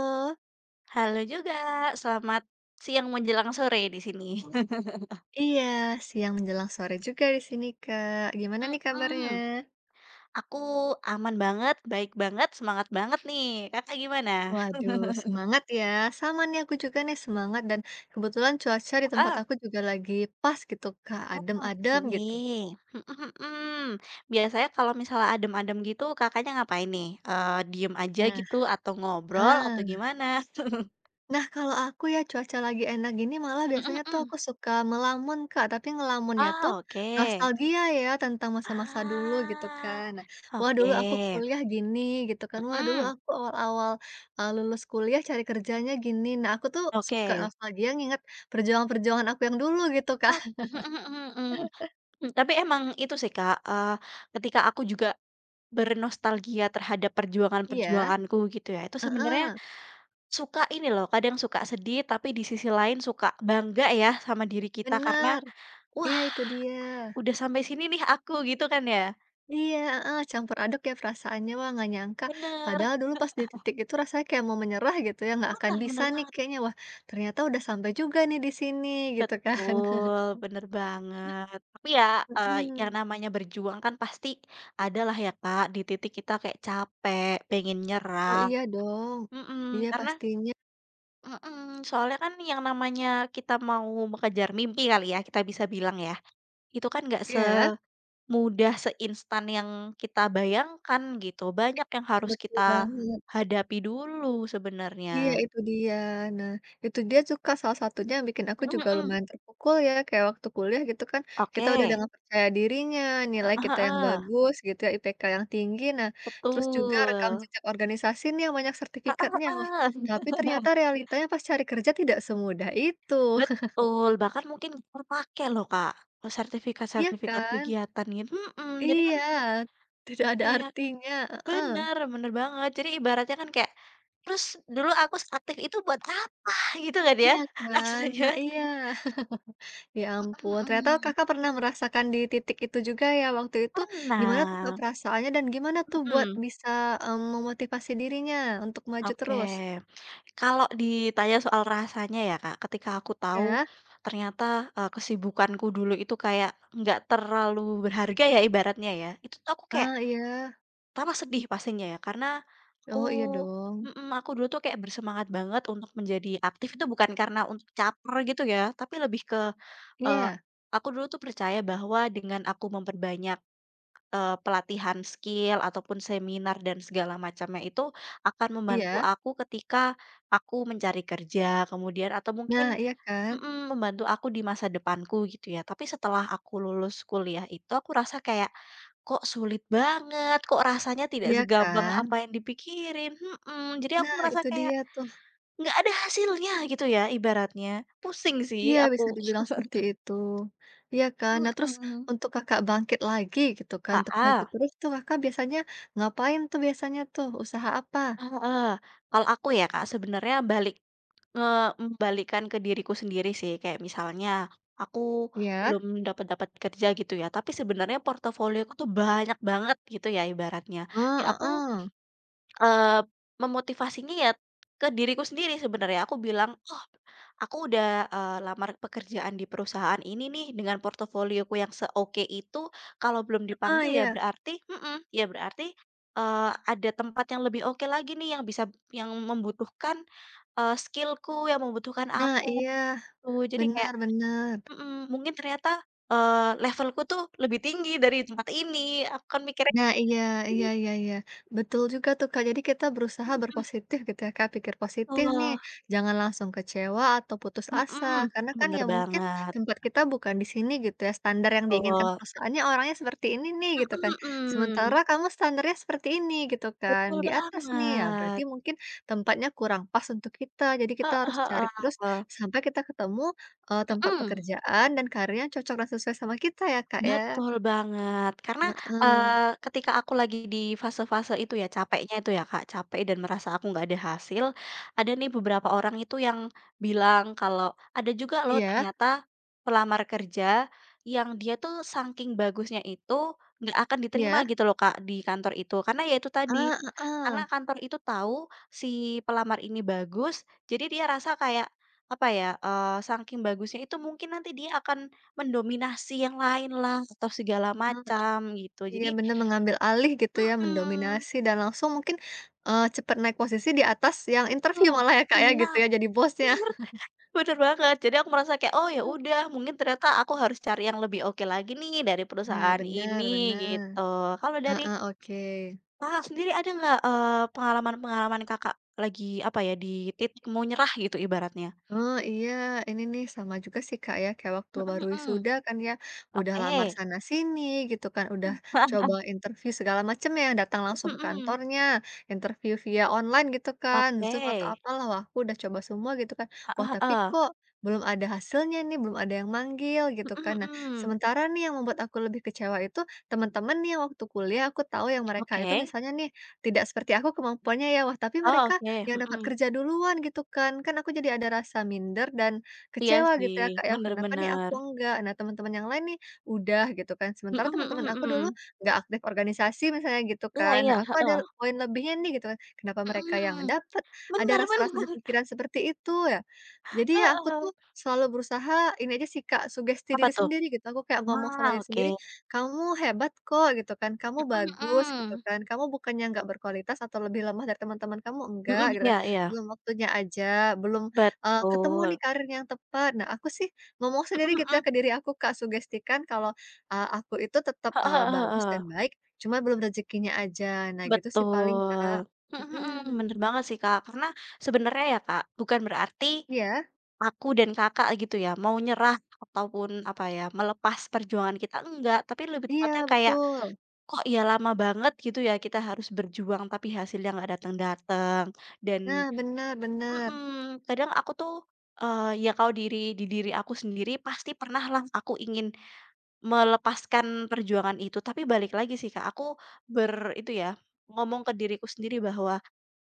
Oh, Halo juga, selamat siang menjelang sore di sini. iya, siang menjelang sore juga di sini, Kak. Gimana nih kabarnya? Mhm, aku aman banget, baik banget, semangat banget nih. Kakak gimana? Waduh, semangat ya. Sama nih aku juga nih semangat dan kebetulan cuaca di tempat Ah, aku juga lagi pas gitu, Kak, oh oke. adem-adem gitu. Mhm mhm. Biasanya kalau misalnya adem-adem gitu Kakaknya ngapain nih? Diem aja Nah, gitu atau ngobrol ah. atau gimana? Nah, kalau aku ya cuaca lagi enak gini malah Mhm biasanya tuh mhm. aku suka melamun, Kak, tapi ngelamunnya tuh Oh oke. nostalgia ya tentang masa-masa dulu gitu Ah, kan. Nah, wah dulu oke. aku kuliah gini gitu kan. Wah dulu Mhm, aku awal-awal, lulus kuliah cari kerjanya gini. Nah, aku tuh suka oke. nostalgia nginget perjuangan-perjuangan aku yang dulu gitu, Kak. Oh, tapi emang itu sih Kak, ketika aku juga bernostalgia terhadap Iya, perjuangan-perjuanganku gitu ya, itu sebenarnya heeh, suka ini loh, kadang suka sedih, tapi di sisi lain suka bangga ya sama diri kita karena, bener. Iya "Wah itu dia. udah sampai sini nih aku," gitu kan ya. Iya, heeh, campur aduk ya perasaannya. Wah, nggak nyangka. Bener, Padahal dulu pas di titik itu rasanya kayak mau menyerah gitu ya, nggak akan bener bisa bener nih banget, kayaknya. Wah, ternyata udah sampai juga nih di sini gitu kan. betul, bener banget. Tapi ya, yang Mhm. namanya berjuang kan pasti ada lah ya Kak, di titik kita kayak capek, pengen Oh nyerah, iya dong. mhm, Iya karena pastinya. mhm, soalnya kan yang namanya kita mau mengejar mimpi kali ya, kita bisa bilang ya, itu kan nggak Ya semudah, seinstan yang kita bayangkan gitu. Banyak yang harus betul kita banget. hadapi dulu Iya sebenarnya. itu dia. Nah, itu dia suka salah satunya yang bikin aku Mhm juga mhm. lumayan terpukul ya, kayak waktu kuliah gitu kan, kita Oke. udah dengan percaya dirinya, nilai kita yang Heeh. bagus gitu ya, IPK yang tinggi. Nah, terus juga rekam Betul. jejak organisasi nih yang banyak Heeh. sertifikatnya. Wah, tapi ternyata realitanya pas cari kerja tidak semudah itu. Betul, bahkan mungkin diperpakai loh, Kak, Iya sertifikat-sertifikat kan? kegiatan gitu. Mhm, jadi kan Iya. Tidak ada kayak artinya. Heeh. bener bener banget. Jadi ibaratnya kan kayak, terus dulu aku seaktif itu buat apa gitu kan ya, Iya kan? maksudnya. Nah, iya. Ya ampun, Mhm ternyata Kakak mhm. pernah merasakan di titik itu juga ya waktu itu, gimana tuh Kak Pernah, perasaannya dan gimana tuh buat mhm, bisa, memotivasi dirinya untuk maju oke. terus? Kalau ditanya soal rasanya ya Kak, ketika aku tahu Ya? ternyata, kesibukanku dulu itu kayak nggak terlalu berharga ya ibaratnya ya, itu tuh aku kayak Ah, iya. pertama sedih pastinya ya, karena aku Oh iya dong. mhm, aku dulu tuh kayak bersemangat banget untuk menjadi aktif itu bukan karena untuk caper gitu ya, tapi lebih ke, eee, Iya aku dulu tuh percaya bahwa dengan aku memperbanyak, pelatihan skill ataupun seminar dan segala macamnya itu akan membantu iya. aku ketika aku mencari kerja kemudian atau Nah, mungkin iya kan? mhm, membantu aku di masa depanku gitu ya. Tapi setelah aku lulus kuliah itu aku rasa kayak kok sulit banget, kok rasanya tidak Iya segampang kan? apa yang dipikirin, mhm, jadi aku Nah merasa itu kayak dia tuh. nggak ada hasilnya gitu ya ibaratnya, pusing sih Iya bisa aku. dibilang seperti itu. Iya kan? Nah terus Mhm, untuk Kakak bangkit lagi gitu kan, untuk maju heeh terus tuh Kakak biasanya ngapain tuh biasanya tuh? Usaha apa? heeh. Kalau aku ya Kak sebenarnya balik membalikkan ke diriku sendiri sih kayak misalnya aku Iya? belum dapat-dapat kerja gitu ya, tapi sebenarnya portofolioku tuh banyak banget gitu ya ibaratnya, Oh, ya aku heeh. Eee, memotivasinya ya ke diriku sendiri sebenarnya, aku bilang, "Oh, aku udah, lamar pekerjaan di perusahaan ini nih dengan portofolioku yang seoke itu, kalau belum Ah ah dipanggil ya iya. berarti," mhm, ya berarti, eee, ada tempat yang lebih oke lagi nih yang bisa yang membutuhkan, skill-ku, yang membutuhkan Nah, aku, iya, tuh. Jadi kayak benar-benar. mhm, mungkin ternyata, eee, levelku tuh lebih tinggi dari tempat ini, aku kan mikirnya Nah, iya iya gitu. iya iya. Betul juga tuh, Kak. Jadi kita berusaha Mhm, berpositif gitu ya, Kak, pikir positif nih, betul, jangan langsung kecewa atau putus asa. mhm, Karena kan bener ya mungkin banget. tempat kita bukan di sini gitu ya, standar yang diinginkan Betul, perusahaannya orangnya seperti ini nih gitu kan. mhm Sementara mhm, kamu standarnya seperti ini gitu kan, betul di atas nih ya berarti banget, mungkin tempatnya kurang pas untuk kita. Jadi kita heeh harus cari heeh, terus sampai kita ketemu, tempat mhm. pekerjaan dan karir yang cocok dan sesuai sama kita ya, Kak, ya. Betul banget. Karena, Heeh. Ketika aku lagi di fase-fase itu ya, capeknya itu ya, Kak, capek dan merasa aku nggak ada hasil, ada nih beberapa orang itu yang bilang kalau ada juga loh Iya ternyata pelamar kerja yang dia tuh saking bagusnya itu nggak akan diterima iya? gitu loh, Kak, di kantor itu. Karena ya itu tadi, Ah, heeh. karena kantor itu tahu si pelamar ini bagus, jadi dia rasa kayak, apa ya, saking bagusnya itu mungkin nanti dia akan mendominasi yang lain lah atau segala Ah, macam gitu iya jadi benar mengambil alih gitu ya, mhm, mendominasi dan langsung mungkin, cepet naik posisi di atas yang interview betul. malah ya, Kak, ya gitu Nah, ya, jadi bosnya. bener banget jadi aku merasa kayak, "Oh ya udah mungkin ternyata aku harus cari yang lebih oke lagi nih dari Nah perusahaan benar ini," benar. gitu. Kalau dari Heeh, oke. Kakak sendiri ada nggak, pengalaman-pengalaman Kakak lagi apa ya, di titik mau nyerah gitu ibaratnya? Oh, iya, ini nih sama juga sih, Kak, ya, kayak waktu Mhm baru mhm, wisuda kan ya, udah oke. lamar sana-sini gitu kan, udah coba interview segala macem ya, datang langsung ke Mhm, kantornya, interview via online gitu kan, oke. Zoom atau apalah, wah aku udah coba semua gitu kan. Heeh Wah, tapi heeh. kok belum ada hasilnya nih, belum ada yang manggil gitu Mhm kan. Nah, mhm. sementara nih yang membuat aku lebih kecewa itu teman-teman nih yang waktu kuliah aku tahu yang mereka itu Oke. misalnya nih tidak seperti aku kemampuannya ya, wah tapi Oh mereka oke, yang dapat mhm. kerja duluan gitu kan. Kan aku jadi ada rasa minder dan Iya kecewa gitu sih, ya Kak ya, bener kenapa nih aku bener. enggak. Nah teman-teman yang lain nih udah gitu kan, Mhm sementara mhm teman-teman mhm. aku dulu Mhm. nggak aktif organisasi misalnya gitu Iya kan. iya, Nah aku ada heeh. poin lebihnya nih gitu kan, kenapa mereka yang Mhm mhm. dapat, ada Bener rasa-rasa di bener, pikiran seperti itu ya. Jadi ya aku tuh heeh. selalu berusaha ini aja sih Kak, sugesti Apa diri tuh? sendiri gitu, aku kayak ngomong sama Nah, diri oke. sendiri, "Kamu hebat kok," gitu kan, "kamu Mhm bagus," gitu mhm. kan, "kamu bukannya nggak berkualitas atau lebih lemah dari teman-teman kamu, enggak," Mhm, gitu kan, iya iya, "belum waktunya aja, belum, ketemu nih betul. karir yang tepat." Nah, aku sih ngomong Mhm sendiri gitu ya mhm. ke diri aku, Kak, sugestikan kalau, aku itu tetap, Heeh heeh bagus heeh. dan baik, cuma belum rezekinya aja. Nah, gitu sih paling, Betul. Kak. Mhm mhm, bener Mhm. banget sih, Kak. Karena sebenarnya ya, Kak, bukan berarti Iya aku dan Kakak gitu ya, mau nyerah ataupun apa ya, melepas perjuangan kita, enggak. Tapi lebih tepatnya iya, kayak betul. kok ya lama banget gitu ya kita harus berjuang tapi hasilnya nggak datang-datang dan Nah, benar-benar. mhm, kadang aku tuh, ya kalau di diri aku sendiri pasti pernahlah aku ingin melepaskan perjuangan itu, tapi balik lagi sih Kak, aku itu ya, ngomong ke diriku sendiri bahwa,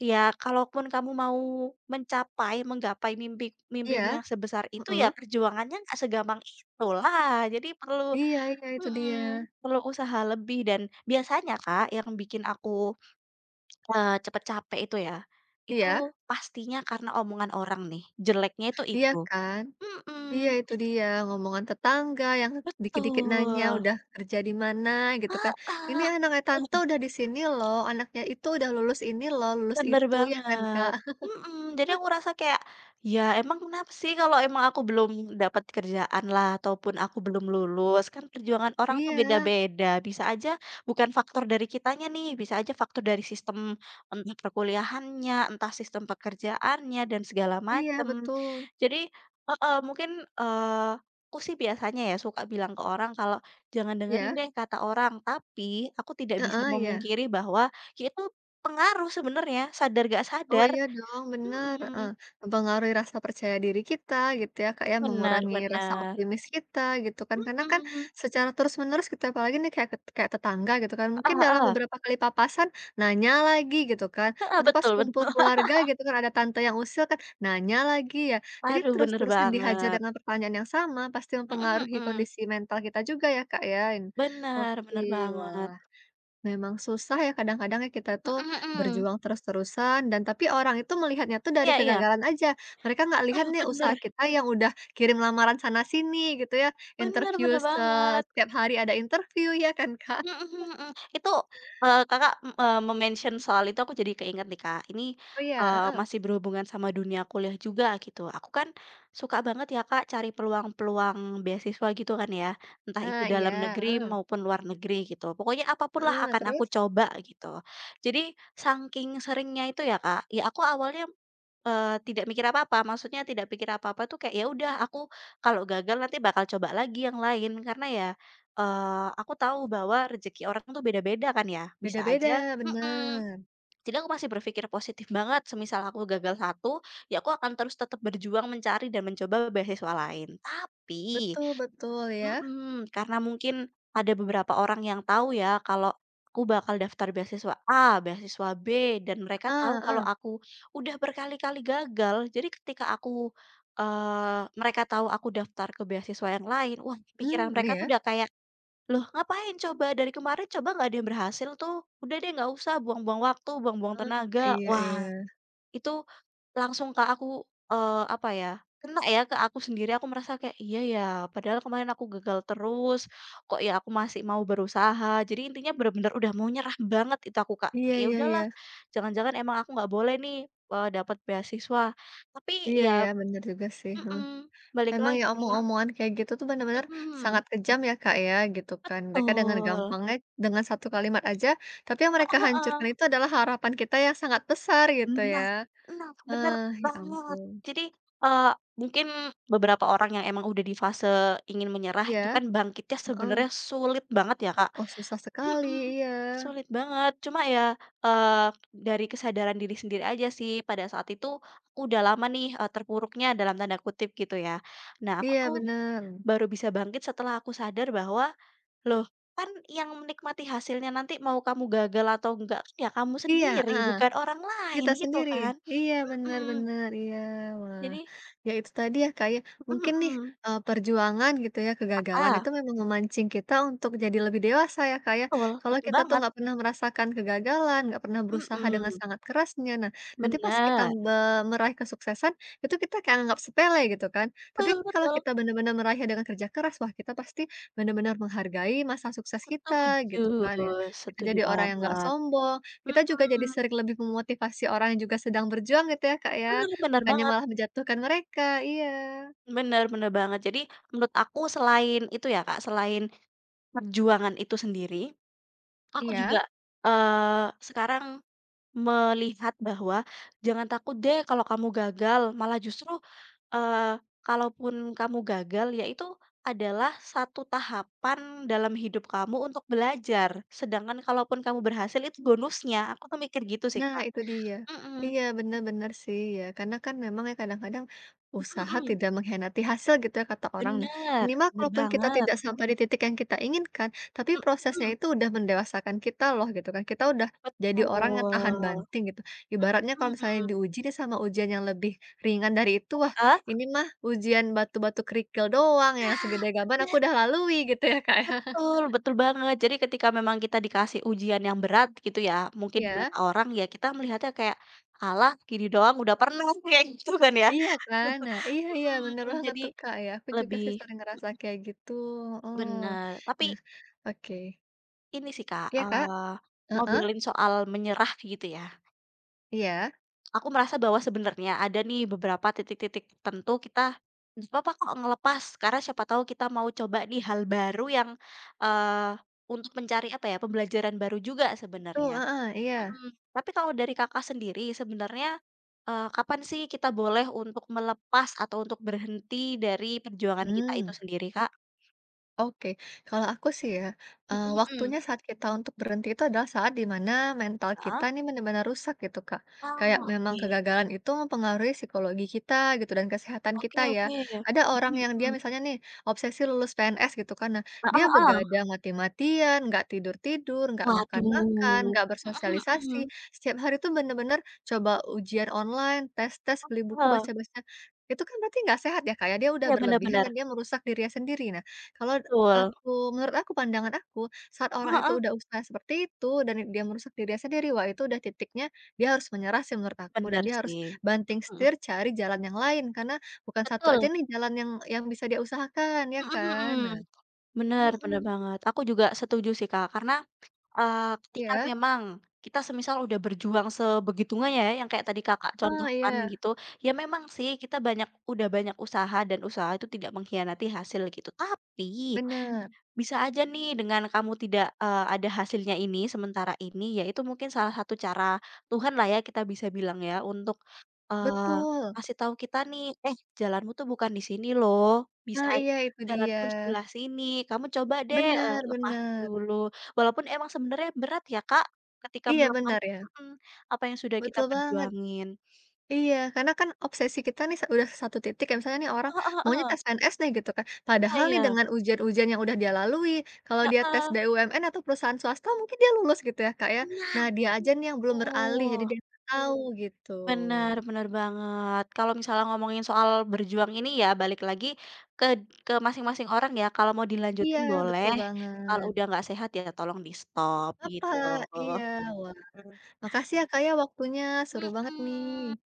"Ya kalaupun kamu mau mencapai, menggapai mimpimu Iya, yang sebesar itu ya heeh. perjuangannya nggak segampang itulah." Jadi perlu Iya iya, itu dia. mhm, perlu usaha lebih dan biasanya Kak, yang bikin aku, cepet capek itu ya, itu Iya pastinya karena omongan orang nih, jeleknya itu iya itu. kan? Iya Mhm, itu dia, ngomongan tetangga yang dikit-dikit nanya betul, udah kerja di mana gitu kan, "Ini heeh. anaknya tante udah di sini loh, anaknya itu udah lulus ini loh, lulus Bener itu," ya kan, Kak? banget, mhm, jadi aku rasa kayak, ya emang kenapa sih kalau emang aku belum dapat kerjaan lah ataupun aku belum lulus, kan perjuangan orang tuh Iya beda-beda, bisa aja bukan faktor dari kitanya nih, bisa aja faktor dari sistem, entah perkuliahannya, entah sistem pekerjaannya dan segala iya macem. betul. Jadi heeh, mungkin, eee, aku sih biasanya ya suka bilang ke orang kalau, "Jangan dengerin Iya? deh kata orang," tapi aku tidak bisa Heeh, iya. memungkiri bahwa, ya itu pengaruh sebenarnya, sadar gak Oh sadar. iya dong, bener, heeh, Mhm, mempengaruhi rasa percaya diri kita gitu ya, Kak, ya, benar, mengurangi rasa bener. optimis kita gitu kan, karena kan Mhm, secara terus-menerus kita apalagi nih kayak kayak tetangga gitu kan, mungkin heeh dalam heeh. beberapa kali papasan nanya lagi gitu kan, Heeh, atau pas betul betul. kumpul keluarga gitu kan ada tante yang usil kan, nanya lagi ya. Jadi Aduh, bener terus-terusan dihajar banget. dengan pertanyaan yang sama pasti Mhm mempengaruhi mhm, kondisi mental kita juga ya, Kak, ya. bener Oke, bener banget. wah. Memang susah ya kadang-kadang ya kita tuh Mhm mhm. berjuang terus-terusan dan tapi orang itu melihatnya tuh dari Iya iya. kegagalan aja. Mereka nggak lihat Aduh, nih usaha bener. kita yang udah kirim lamaran sana-sini gitu ya, Bener interview bener banget. setiap hari ada interview ya kan, Kak? Mhm mhm. Itu, Kakak, me-mention soal itu aku jadi keinget nih, Kak. Ini, Oh iya, heeh. masih berhubungan sama dunia kuliah juga gitu. Aku kan suka banget ya, Kak, cari peluang-peluang beasiswa gitu kan ya, entah itu Nah iya, dalam negeri heeh. maupun luar negeri gitu. Pokoknya apa pun lah Heeh, akan aku terus? coba gitu. Jadi saking seringnya itu ya, Kak, ya aku awalnya tidak mikir apa-apa, maksudnya tidak pikir apa-apa tuh kayak, ya udah aku kalau gagal nanti bakal coba lagi yang lain. Karena ya, aku tahu bahwa rezeki orang tuh beda-beda kan ya, bisa aja Beda-beda, mhm, bener. jadi aku masih berpikir positif banget, semisal aku gagal satu, ya aku akan terus tetap berjuang mencari dan mencoba beasiswa lain. Tapi Betul betul ya. mhm, karena mungkin ada beberapa orang yang tahu ya kalau aku bakal daftar beasiswa A, beasiswa B, dan mereka tahu Heeh kalau heeh. aku udah berkali-kali gagal. Jadi ketika aku mereka tahu aku daftar ke beasiswa yang lain, wah pikiran Hmm, mereka tuh iya. udah kayak, "Loh ngapain coba dari kemarin coba nggak ada yang berhasil tuh, udah deh nggak usah buang-buang waktu, buang-buang Heeh, tenaga." iya iya. Wah itu langsung ke aku, apa ya, kena ya ke aku sendiri, aku merasa kayak, "Iya ya, padahal kemarin aku gagal terus, kok ya aku masih mau berusaha." Jadi intinya benar-benar udah mau nyerah banget itu aku, Kak. Iya Kayak, "Ya iya iya. udahlah, jangan-jangan emang aku nggak boleh nih, dapat beasiswa." Tapi Iya ya, ya bener juga sih, mhm. mhm, balik Emang ya lagi omong-omongan kayak gitu tuh bener-bener mhm, sangat kejam ya Kak ya gitu kan. Mereka dengan betul. gampangnya dengan satu kalimat aja, tapi yang mereka hancurkan Heeh. itu adalah harapan kita yang sangat besar gitu ya. Nah nah, bener Ah ya banget. ampun. Jadi, eee, mungkin beberapa orang yang emang udah di fase ingin menyerah itu Iya, kan bangkitnya heeh. sebenarnya sulit banget ya, Kak. Oh susah sekali, Mhm, iya. sulit banget. Cuma ya, eee, dari kesadaran diri sendiri aja sih pada saat itu aku udah lama nih, terpuruknya dalam tanda kutip gitu ya. Nah aku Iya tuh bener. baru bisa bangkit setelah aku sadar bahwa, loh kan yang menikmati hasilnya nanti mau kamu gagal atau enggak, kan ya kamu Iya, sendiri heeh. bukan orang lain Kita gitu sendiri, kan. iya Mhm, benar-benar iya. Wah, jadi ya itu tadi ya kayak mhm mungkin nih, mhm. Perjuangan gitu ya, kegagalan Ah, itu memang memancing kita untuk jadi lebih dewasa ya kayak. betul Kalau betul kita tuh banget, nggak pernah merasakan kegagalan, nggak pernah berusaha dengan mhm, sangat kerasnya, nah nanti pas kita bener, meraih kesuksesan, itu kita kayak anggap sepele gitu kan. Tapi betul kalau betul, kita benar-benar meraihnya dengan kerja keras, wah kita pasti benar-benar menghargai masa sukses kita setuju gitu kan ya. Kita setuju jadi orang yang nggak banget, sombong, kita juga jadi mhm, sering lebih memotivasi orang yang juga sedang berjuang gitu ya, Kak, ya, bener bener bukannya banget malah menjatuhkan mereka, iya. bener bener banget. Jadi menurut aku selain itu ya Kak, selain perjuangan itu sendiri, aku Iya? juga, sekarang melihat bahwa jangan takut deh kalau kamu gagal, malah justru Eee, kalaupun kamu gagal, ya itu adalah satu tahapan dalam hidup kamu untuk belajar, sedangkan kalaupun kamu berhasil itu bonusnya, aku tuh mikir gitu sih, Nah, Kak. itu dia. Mhm, Iya, benar-benar sih ya, karena kan memang ya kadang-kadang mhm usaha mhm, tidak mengkhianati hasil gitu ya kata orang. Nah, bener, minimal bener kalaupun kita banget, tidak sampai di titik yang kita inginkan, tapi mhm prosesnya mhm, itu udah mendewasakan kita loh gitu kan. Kita udah jadi betul, orang yang tahan banting gitu. Ibaratnya kalau misalnya mhm, diuji nih sama ujian yang lebih ringan dari itu, wah heeh, ini mah ujian batu-batu kerikil doang yang nah, segede gaban aku bener, udah lalui gitu ya Kak ya. betul betul banget. Jadi ketika memang kita dikasih ujian yang berat gitu ya, mungkin di Ya. mata orang ya kita melihatnya kayak, "Alah gini doang udah pernah," kayak gitu kan ya. Iya kan? Nah iya iya bener Mhm, banget jadi tuh, Kak, ya, aku juga lebih sih sering ngerasa kayak gitu, heeh. bener. Tapi Nah, oke. ini sih Kak, Iya, Kak? Heeh, ngobrolin soal menyerah gitu ya, iya, aku merasa bahwa sebenarnya ada nih beberapa titik-titik tertentu kita nggak apa-apa kok ngelepas, karena siapa tahu kita mau coba nih hal baru yang, eee, untuk mencari apa ya, pembelajaran baru juga betul, sebenarnya. heeh, iya, Mhm, tapi kalau dari Kakak sendiri sebenarnya, kapan sih kita boleh untuk melepas atau untuk berhenti dari perjuangan kita itu mmm. sendiri Kak? Oke, kalau aku sih ya, Mhm mhm. waktunya saat kita untuk berhenti itu adalah saat dimana mental kita Heeh? nih benar-benar rusak gitu, Kak. Oh, Kayak memang oke. kegagalan itu mempengaruhi psikologi kita gitu dan kesehatan Oke kita ya. oke. Ada orang Mhm yang dia mhm. misalnya nih obsesi lulus PNS gitu kan, nah dia Heeh heeh. begadang mati-matian, nggak tidur-tidur, nggak makan-makan, Waduh. nggak Mhm bersosialisasi, mhm. setiap hari tuh bener-bener coba ujian online, tes-tes, beli buku, Heeh. baca-baca. Itu kan berarti nggak sehat ya, kayak dia udah Iya, bener berlebihan bener. dan dia merusak dirinya sendiri. Nah, kalau Betul. aku menurut aku, pandangan aku, saat orang Heeh itu heeh. udah usaha seperti itu dan dia merusak dirinya sendiri, wah itu udah titiknya dia harus menyerah sih menurut aku dan Bener dia harus sih. banting Mhm mhm. setir cari jalan yang lain karena bukan satu aja Betul. nih jalan yang bisa dia usahakan ya Mhm kan. mhm. Nah, Bener bener mhm, banget. Aku juga setuju sih, Kak, karena, eee, ketika iya. memang kita semisal udah berjuang sebegitunya ya, yang kayak tadi Kakak Ah contohkan iya. gitu, ya memang sih kita udah banyak usaha dan usaha itu tidak mengkhianati hasil gitu. Tapi Benar. bisa aja nih dengan kamu tidak, ada hasilnya ini sementara ini, yaitu mungkin salah satu cara Tuhan lah ya kita bisa bilang ya untuk, eee, Betul. ngasih tahu kita nih, "Eh jalanmu tuh bukan di sini loh, bisa Nah iya itu dia. jalanmu di sebelah sini, kamu coba deh, Benar lepasin benar. dulu." Walaupun emang sebenarnya berat ya Kak, ketika Iya melepas benar ya. mhm, apa yang sudah kita Betul banget. perjuangin. Iya, karena kan obsesi kita nih udah satu titik ya, misalnya nih orang Oh maunya heeh. tes PNS nih gitu kan, Iya padahal nih iya. dengan ujian-ujian yang udah dia lalui, kalau dia tes Heeh. BUMN atau perusahaan swasta mungkin dia lulus gitu ya, Kak, ya. Nah, Tenang dia aja nih yang belum beralih, jadi dia nggak tahu gitu. benar benar banget. Kalau misalnya ngomongin soal berjuang ini ya balik lagi ke masing-masing orang ya, kalau mau Iya, dilanjutin boleh, betul kalau banget. udah nggak sehat ya tolong di-stop Apa gitu. iya, wah, makasih ya, Kak, ya waktunya, seru banget Mhm. nih.